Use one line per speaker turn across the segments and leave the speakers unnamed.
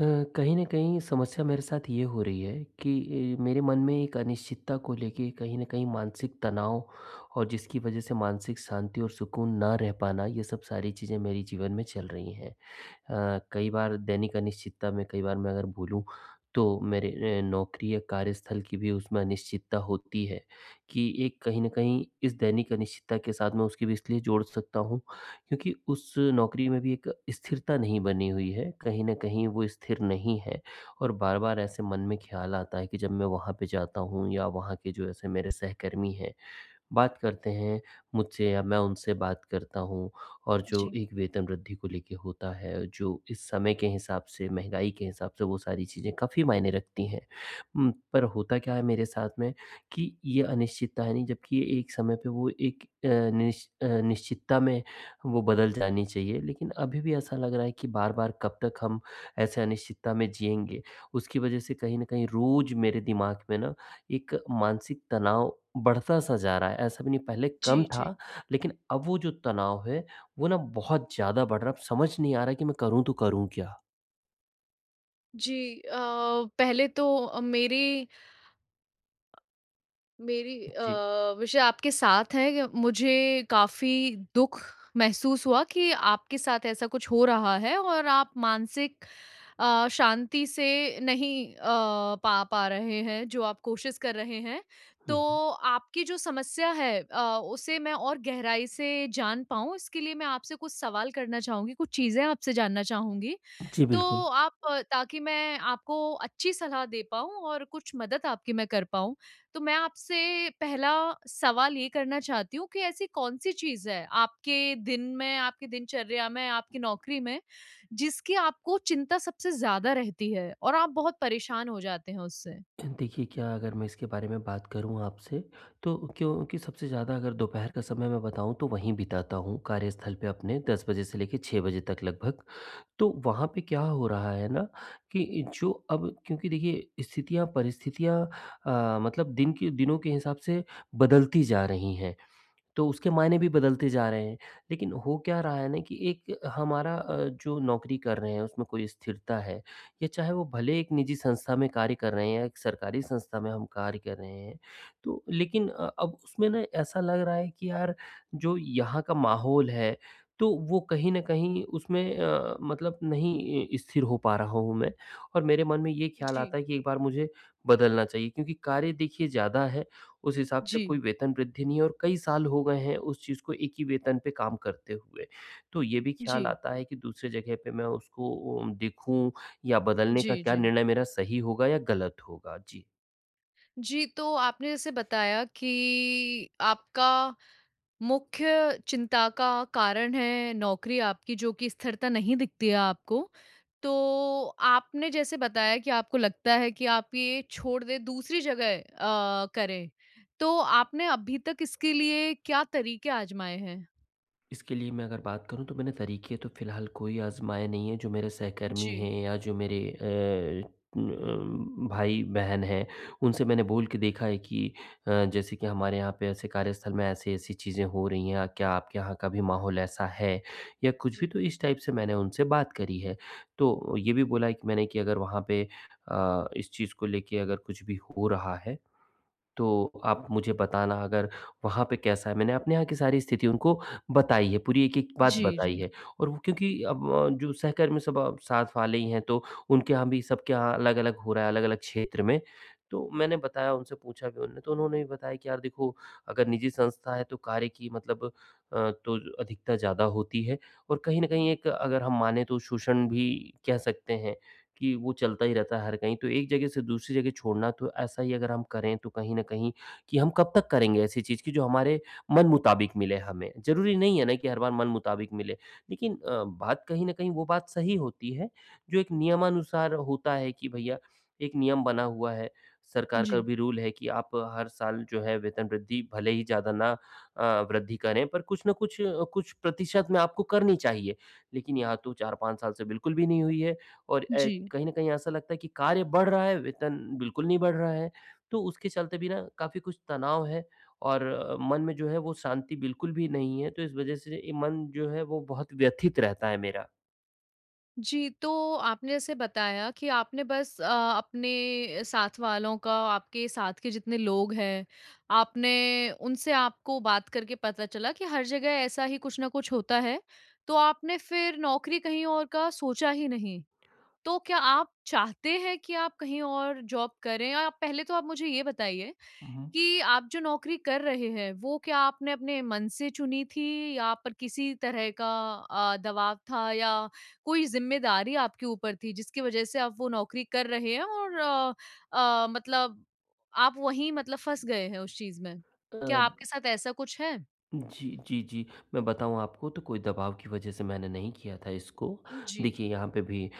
अ, कहीं न कहीं समस्या मेरे साथ ये हो रही है कि मेरे मन में एक अनिश्चितता को लेके कहीं न कहीं मानसिक तनाव और जिसकी वजह से मानसिक शांति और सुकून ना रह पाना, ये सब सारी चीज़ें मेरे जीवन में चल रही हैं। कई बार दैनिक अनिश्चितता में कई बार मैं अगर बोलूँ तो मेरे नौकरी या कार्यस्थल की भी उसमें अनिश्चितता होती है कि एक कहीं न कहीं इस दैनिक अनिश्चितता के साथ मैं उसकी भी इसलिए जोड़ सकता हूँ क्योंकि उस नौकरी में भी एक स्थिरता नहीं बनी हुई है। कहीं न कहीं वो स्थिर नहीं है और बार-बार ऐसे मन में ख़्याल आता है कि जब मैं वहाँ पे जाता हूँ या वहाँ के जो ऐसे मेरे सहकर्मी हैं बात करते हैं मुझसे या मैं उनसे बात करता हूँ और जो
जी,
एक वेतन वृद्धि को लेके होता है, जो इस समय के हिसाब से, महँगाई के हिसाब से वो सारी चीज़ें काफ़ी मायने रखती हैं। पर होता क्या है मेरे साथ में कि ये अनिश्चितता है नहीं जबकि ये एक समय पे वो एक निश्चितता में वो बदल जानी चाहिए लेकिन अभी भी ऐसा लग रहा है कि बार-बार कब तक हम ऐसे अनिश्चितता में जिएँगे? उसकी वज़ह से कहीं न कहीं रोज़ मेरे दिमाग में ना एक मानसिक तनाव बढ़ता सा जा रहा है। ऐसा भी नहीं पहले
जी,
कम
जी।
था, लेकिन अब वो जो तनाव है, वो ना बहुत ज़्यादा बढ़ रहा है। अब समझ नहीं आ रहा है कि मैं करूँ तो करूँ क्या?
जी अ, पहले तो मेरे मेरी
जी।
अ, विषय आपके साथ है कि मुझे काफ़ी दुःख महसूस हुआ कि आपके साथ ऐसा कुछ हो रहा है और आप मानसिक शांति से नहीं पा पा रहे हैं जो आप कोशिश कर रहे हैं। तो
हुँ, हुँ।
आपकी जो समस्या है उसे मैं और गहराई से जान पाऊँ इसके लिए मैं आपसे कुछ सवाल करना चाहूँगी, कुछ चीज़ें आपसे जानना चाहूँगी।
जी,
तो
बिल्कुल।
ताकि मैं आपको अच्छी सलाह दे पाऊँ और कुछ मदद आपकी मैं कर पाऊँ। तो मैं आपसे पहला सवाल ये करना चाहती हूँ कि ऐसी कौन-सी चीज़ है आपके दिन में, आपकी दिनचर्या में, आपकी नौकरी में, जिसकी आपको चिंता सबसे ज़्यादा रहती है और आप बहुत परेशान हो जाते हैं उससे?
देखिए, क्या अगर मैं इसके बारे में बात करूँ आपसे, तो क्योंकि सबसे ज़्यादा अगर दोपहर का समय मैं बताऊँ तो वहीं बिताता हूँ कार्यस्थल पे अपने 10 बजे से लेके 6 बजे तक लगभग। तो वहाँ पे क्या हो रहा है ना कि जो अब क्योंकि देखिए स्थितियाँ परिस्थितियाँ मतलब दिन के दिनों के हिसाब से बदलती जा रही हैं। तो उसके मायने भी बदलते जा रहे हैं। लेकिन हो क्या रहा है ना कि एक हमारा जो नौकरी कर रहे हैं उसमें कोई स्थिरता है या चाहे वो भले एक निजी संस्था में कार्य कर रहे हैं या एक सरकारी संस्था में हम कार्य कर रहे हैं। तो लेकिन अब उसमें ना ऐसा लग रहा है कि यार जो यहाँ का माहौल है तो वो कहीं न कहीं उसमें अ, मतलब नहीं अ, स्थिर हो पा रहा हूँ मैं और मेरे मन में ये ख़्याल
जी,
आता है कि एक बार मुझे बदलना चाहिए क्योंकि कार्य देखिए ज़्यादा है। उस हिसाब से
जी,
कोई वेतन वृद्धि नहीं है और कई साल हो गए हैं उस चीज़ को एक ही वेतन पे काम करते हुए। तो ये भी ख़्याल
जी,
आता है कि दूसरे जगह पे मैं उसको देखूँ या बदलने का
जी,
क्या
जी।
निर्णय मेरा सही होगा या गलत होगा? जी।
जी, तो आपने जैसे बताया कि आपका मुख्य चिंता का कारण है नौकरी आपकी जो कि स्थिरता नहीं दिखती है आपको। तो आपने जैसे बताया कि आपको लगता है कि आप ये छोड़ दें दूसरी जगह करें। तो आपने अभी तक इसके लिए क्या तरीके आज़माए हैं?
इसके लिए मैं अगर बात करूँ तो मैंने तरीके तो फ़िलहाल कोई आज़माए नहीं हैं, जो मेरे सहकर्मी
जी।
हैं या जो मेरे अ, न भाई-बहन हैं, उनसे मैंने बोल के देखा है कि जैसे कि हमारे यहाँ पे ऐसे कार्यस्थल में ऐसी-ऐसी चीज़ें हो रही हैं, क्या आपके यहाँ का भी माहौल ऐसा है? या कुछ भी,
जी,
तो इस टाइप से मैंने उनसे बात करी है। तो ये भी
जी।
बोला है कि मैंने कि अगर वहाँ पे इस चीज़ को लेके अगर कुछ भी हो रहा है तो आप मुझे बताना अगर वहाँ पे कैसा है, मैंने अपने यहाँ की सारी स्थिति उनको बताई है, पूरी एक-एक बात
जी,
बताई
जी।
है और वो क्योंकि अब जो सहकर्मी सब अब साथ वाले ही हैं तो उनके यहाँ भी सबके यहाँ अलग-अलग हो रहा है, अलग-अलग क्षेत्र में। तो मैंने बताया उनसे पूछा भी उन्होंने, तो उन्होंने भी बताया कि यार देखो अगर निजी संस्था है तो कार्य की मतलब तो अधिकता ज़्यादा होती है और कहीं न कहीं एक अगर हम माने तो शोषण भी कह सकते हैं। कि वो चलता ही रहता है हर कहीं, तो एक जगह से दूसरी जगह छोड़ना तो ऐसा ही अगर हम करें तो कहीं न कहीं कि हम कब तक करेंगे ऐसी चीज़ कि जो हमारे मन मुताबिक मिले हमें। ज़रूरी नहीं है ना कि हर बार मन मुताबिक मिले, लेकिन बात कहीं न कहीं वो बात सही होती है जो एक नियमानुसार होता है कि भैया एक नियम बना हुआ है, सरकार का
जी,
भी रूल है कि आप हर साल जो है वेतन वृद्धि भले ही ज़्यादा ना वृद्धि करें पर कुछ न कुछ, कुछ प्रतिशत में आपको करनी चाहिए। लेकिन यहाँ तो 4-5 साल से बिल्कुल भी नहीं हुई है। और
जी।
कहीं न कहीं ऐसा लगता है कि कार्य बढ़ रहा है, वेतन बिल्कुल नहीं बढ़ रहा है। तो उसके चलते भी ना काफ़ी कुछ तनाव है और मन में जो है वो शांति बिल्कुल भी नहीं है। तो इस वज़ह से ये मन जो है वो बहुत व्यथित रहता है मेरा।
जी, तो आपने जैसे बताया कि आपने बस अपने साथ वालों का, आपके साथ के जितने लोग हैं, आपने उनसे आपको बात करके पता चला कि हर जगह ऐसा ही कुछ ना कुछ होता है, तो आपने फिर नौकरी कहीं और का सोचा ही नहीं। तो क्या आप चाहते हैं कि आप कहीं और जॉब करें? या आप पहले तो आप मुझे ये बताइए कि आप जो नौकरी कर रहे हैं, वो क्या आपने अपने मन से चुनी थी या पर किसी तरह का दबाव था या कोई ज़िम्मेदारी आपके ऊपर थी जिसकी वज़ह से आप वो नौकरी कर रहे हैं और मतलब आप वहीं मतलब फँस गए हैं उस चीज़ में?
अ
क्या आपके साथ ऐसा कुछ है?
जी, जी, जी। मैं बताऊँ आपको तो कोई दबाव की वजह से मैंने नहीं किया था इसको।
जी, जी।
देखिए यहाँ पे भी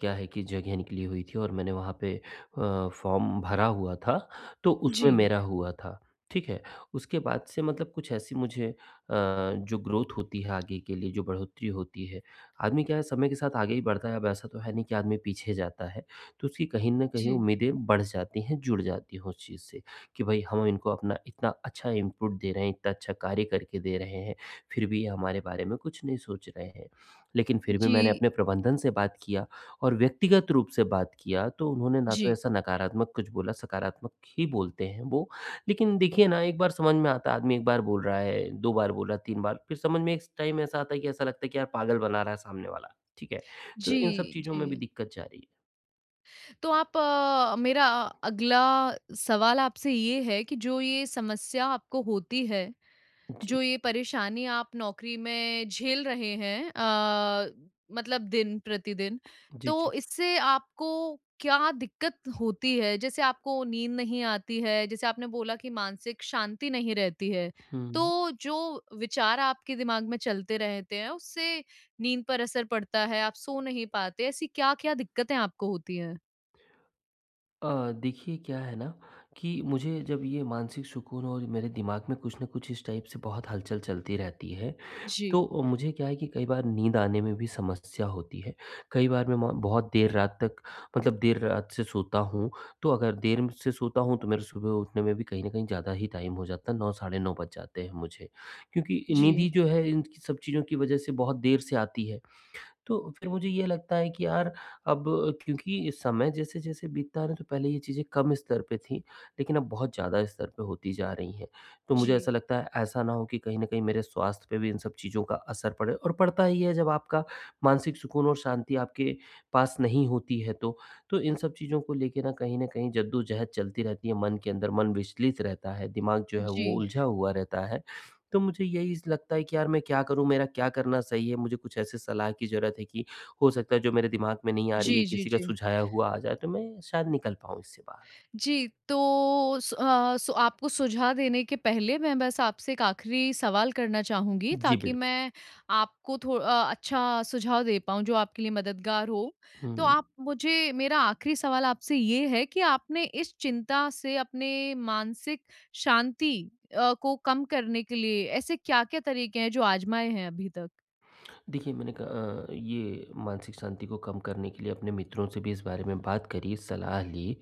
क्या है कि जगह निकली हुई थी और मैंने वहाँ पे फॉर्म भरा हुआ था, तो उसमें
जी,
मेरा हुआ था, ठीक है? उसके बाद से मतलब कुछ ऐसी मुझे जो ग्रोथ होती है आगे के लिए, जो बढ़ोतरी होती है, आदमी क्या है समय के साथ आगे ही बढ़ता है, अब ऐसा तो है नहीं कि आदमी पीछे जाता है। तो उसकी कहीं न कहीं
जी,
उम्मीदें बढ़ जाती हैं, जुड़ जाती हैं उस चीज़ से। कि भाई हम इनको अपना इतना अच्छा इनपुट दे रहे हैं, इतना अच्छा कार्य करके दे रहे हैं, फिर भी ये हमारे बारे में कुछ नहीं सोच रहे हैं। लेकिन फिर भी मैंने
जी,
अपने प्रबंधन से बात किया और व्यक्तिगत रूप से बात किया, तो उन्होंने ना तो
जी,
ऐसा नकारात्मक कुछ बोला, सकारात्मक ही बोलते हैं वो। लेकिन देखिए ना, एक बार समझ में आता है, आदमी एक बार बोल रहा है, 2 बार बोला, 3 बार, फिर समझ में एक टाइम ऐसा आता है कि ऐसा लगता है कि यार पागल बना रहा है सामने वाला, ठीक है? तो इन सब
जी,
चीज़ों में भी
जी।
दिक्कत जा रही है।
तो मेरा अगला सवाल आपसे ये है कि जो ये समस्या आपको होती है
जी।
जो ये परेशानी आप नौकरी में झेल रहे हैं मतलब दिन प्रतिदिन,
जी, जी।
तो इससे आपको क्या दिक्कत होती है? जैसे आपको नींद नहीं आती है, जैसे आपने बोला कि मानसिक शांति नहीं रहती है,
हुँ।
तो जो विचार आपके दिमाग में चलते रहते हैं, उससे नींद पर असर पड़ता है, आप सो नहीं पाते, ऐसी क्या-क्या दिक्कतें आपको होती हैं?
देखिए क्या है ना कि मुझे जब ये मानसिक सुकून और मेरे दिमाग में कुछ ना कुछ इस टाइप से बहुत हलचल चलती रहती है
जी,
तो मुझे क्या है कि कई बार नींद आने में भी समस्या होती है कई बार बहुत देर रात तक मतलब देर रात से सोता हूँ तो अगर देर से सोता हूँ तो मेरे सुबह उठने में भी कहीं ना कहीं ज़्यादा ही टाइम हो जाता है 9 साढ़े 9 बज जाते हैं मुझे क्योंकि नींद ही
जी,
जो है इन सब चीज़ों की वजह से बहुत देर से आती है तो फिर मुझे ये लगता है कि यार अब क्योंकि समय जैसे-जैसे बीतता है ना, तो पहले ये चीज़ें कम स्तर पे थी, लेकिन अब बहुत ज़्यादा स्तर पे होती जा रही हैं। तो मुझे
जी,
ऐसा लगता है ऐसा ना हो कि कहीं न कहीं मेरे स्वास्थ्य पे भी इन सब चीज़ों का असर पड़े और पड़ता ही है जब आपका मानसिक सुकून और शांति आपके पास नहीं होती है तो। तो इन सब चीज़ों को लेके ना कहीं न कहीं जद्दोजहद चलती रहती है मन के अंदर, मन विचलित रहता है, दिमाग जो है वो
जी,
उलझा हुआ रहता है। तो मुझे यही स लगता है कि यार मैं क्या करूँ, मेरा क्या करना सही है? मुझे कुछ ऐसे सलाह की ज़रूरत है कि हो सकता है जो मेरे दिमाग में नहीं आ रही
जी,
है,
जी,
किसी का
जी।
सुझाया हुआ आ जाए, तो मैं शायद निकल पाऊँ इससे बाहर।
जी, तो स अ, सु आपको सुझाव देने के पहले मैं बस आपसे एक आखिरी सवाल करना चाहूँगी
जी,
ताकि
बिल्कुल।
मैं आपको अच्छा सुझाव दे पाऊँ जो आपके लिए मददगार हो। तो
हुँ।
आप मुझे मेरा आखिरी सवाल आपसे ये है कि आपने इस चिंता से अपने मानसिक शांति को कम करने के लिए ऐसे क्या-क्या तरीके हैं जो आज़माए हैं अभी तक?
देखिए मैंने कहा ये मानसिक शांति को कम करने के लिए अपने मित्रों से भी इस बारे में बात करी, सलाह ली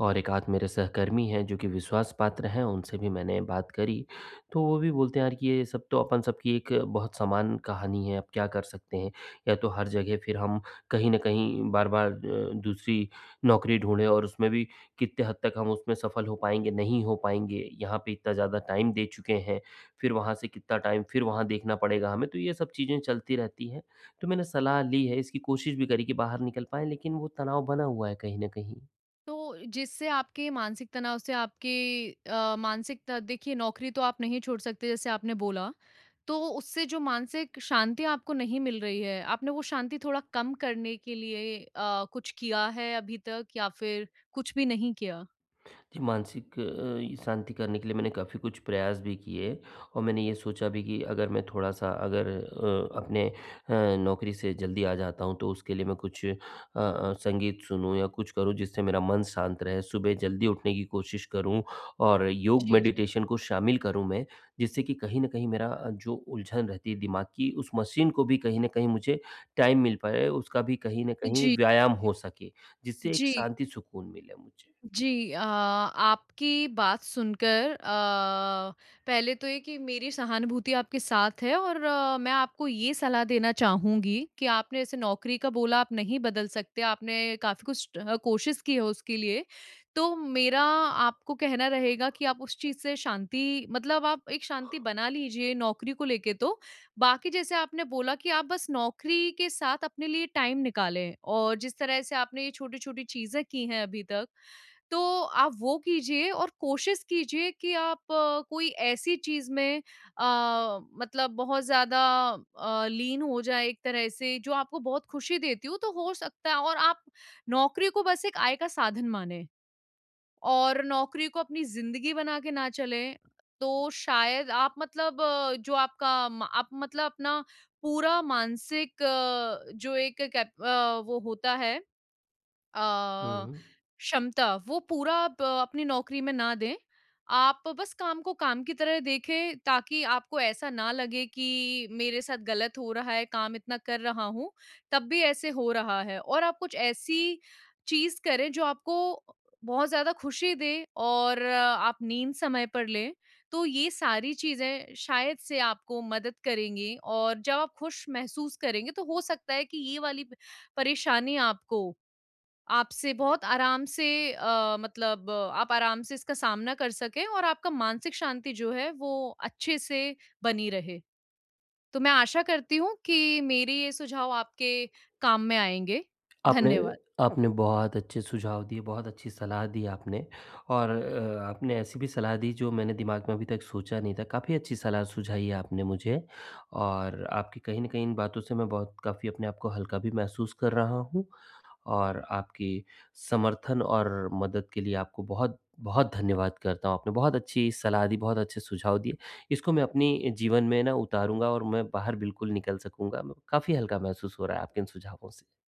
और एक आध मेरे सहकर्मी हैं जो कि विश्वास पात्र हैं, उनसे भी मैंने बात करी। तो वो भी बोलते हैं यार कि ये सब तो अपन सबकी एक बहुत समान कहानी है, अब क्या कर सकते हैं? या तो हर जगह फिर हम कहीं न कहीं बार-बार दूसरी नौकरी ढूँढें और उसमें भी कितने हद तक हम उसमें सफल हो पाएँगे, नहीं हो पाएँगे। यहाँ पे इतना ज़्यादा टाइम दे चुके हैं फिर वहाँ से कितना टाइम फिर वहाँ देखना पड़ेगा हमें, तो ये सब चीज़ें चलती रहती हैं। तो मैंने सलाह ली है, इसकी कोशिश भी करी कि बाहर निकल पाएँ, लेकिन वो तनाव बना हुआ है कहीं न कहीं।
तो जिससे आपके मानसिक तनाव से आपके अ, मानसिक त देखिए नौकरी तो आप नहीं छोड़ सकते जैसे आपने बोला। तो उससे जो मानसिक शांति आपको नहीं मिल रही है, आपने वो शांति थोड़ा कम करने के लिए कुछ किया है अभी तक या फिर कुछ भी नहीं किया?
जी, ये शांति करने के लिए मैंने काफ़ी कुछ प्रयास भी किए और मैंने ये सोचा भी कि अगर मैं थोड़ा-सा अगर अपने नौकरी से जल्दी आ जाता हूँ, तो उसके लिए मैं कुछ संगीत सुनूँ या कुछ करूँ जिससे मेरा मन शांत रहे। सुबह जल्दी उठने की कोशिश करूँ और योग
जी, जी।
मेडिटेशन को शामिल करूँ मैं, जिससे कि कहीं न कहीं मेरा जो उलझन रहती है दिमाग की, उस मशीन को भी कहीं न कहीं मुझे टाइम मिल पाए, उसका भी कहीं न कहीं
जी,
व्यायाम हो सके, जिससे एक
जी।
शांति, सुकून मिले मुझे।
आपकी बात सुनकर पहले तो ये कि मेरी सहानुभूति आपके साथ है और मैं आपको ये सलाह देना चाहूँगी कि आपने ऐसे नौकरी का बोला आप नहीं बदल सकते, आपने काफ़ी कुछ कोशिश की है उसके लिए। तो मेरा आपको कहना रहेगा कि आप उस चीज़ से शांति मतलब आप एक शांति बना लीजिए नौकरी को लेके तो। बाकी जैसे आपने बोला कि आप बस नौकरी के साथ अपने लिए टाइम निकालें और जिस तरह से आपने ये छोटी-छोटी चीज़ें की हैं अभी तक तो आप वो कीजिए और कोशिश कीजिए कि आप कोई ऐसी चीज़ में अ, मतलब बहुत ज़्यादा लीन हो जाए एक तरह से जो आपको बहुत खुशी देती हो, तो हो सकता है और आप नौकरी को बस एक आय का साधन मानें और नौकरी को अपनी ज़िंदगी बना के ना चलें। तो शायद आप जो आपका म आप मतलब अपना पूरा मानसिक अ, जो एक कैप अ, वो होता है
हुँ,
अ,
हुँ।
क्षमता वो पूरा आप अपनी नौकरी में ना दें। आप बस काम को काम की तरह देखें ताकि आपको ऐसा ना लगे कि मेरे साथ गलत हो रहा है, काम इतना कर रहा हूँ, तब भी ऐसे हो रहा है और आप कुछ ऐसी चीज़ करें जो आपको बहुत ज़्यादा खुशी दे और आप नींद समय पर लें। तो ये सारी चीज़ें शायद से आपको मदद करेंगी और जब आप खुश महसूस करेंगे तो हो सकता है कि ये वाली प परेशानी आपको आपसे बहुत आराम से अ, मतलब अ, आप आराम से इसका सामना कर सकें और आपका मानसिक शांति जो है वो अच्छे से बनी रहे। तो मैं आशा करती हूँ कि मेरे ये सुझाव आपके काम में आएँगे।
आपने
धन्यवाद।
आपने बहुत अच्छे सुझाव दिए, बहुत अच्छी सलाह दी आपने और आपने ऐसी भी सलाह दी जो मैंने दिमाग में अभी तक सोचा नहीं था। काफ़ी अच्छी सलाह सुझाई है आपने मुझे और आपकी कहीं न कहीं इन बातों से मैं बहुत काफ़ी अपने आप को हल्का भी महसूस कर रहा हूँ और आपकी समर्थन और मदद के लिए आपको बहुत बहुत धन्यवाद करता हूँ। आपने बहुत अच्छी सलाह दी, बहुत अच्छे सुझाव दिए। इसको मैं अपनी जीवन में ना उतारूँगा और मैं बाहर बिल्कुल निकल सकूँगा। म काफ़ी हल्का महसूस हो रहा है आपके इन सुझावों से।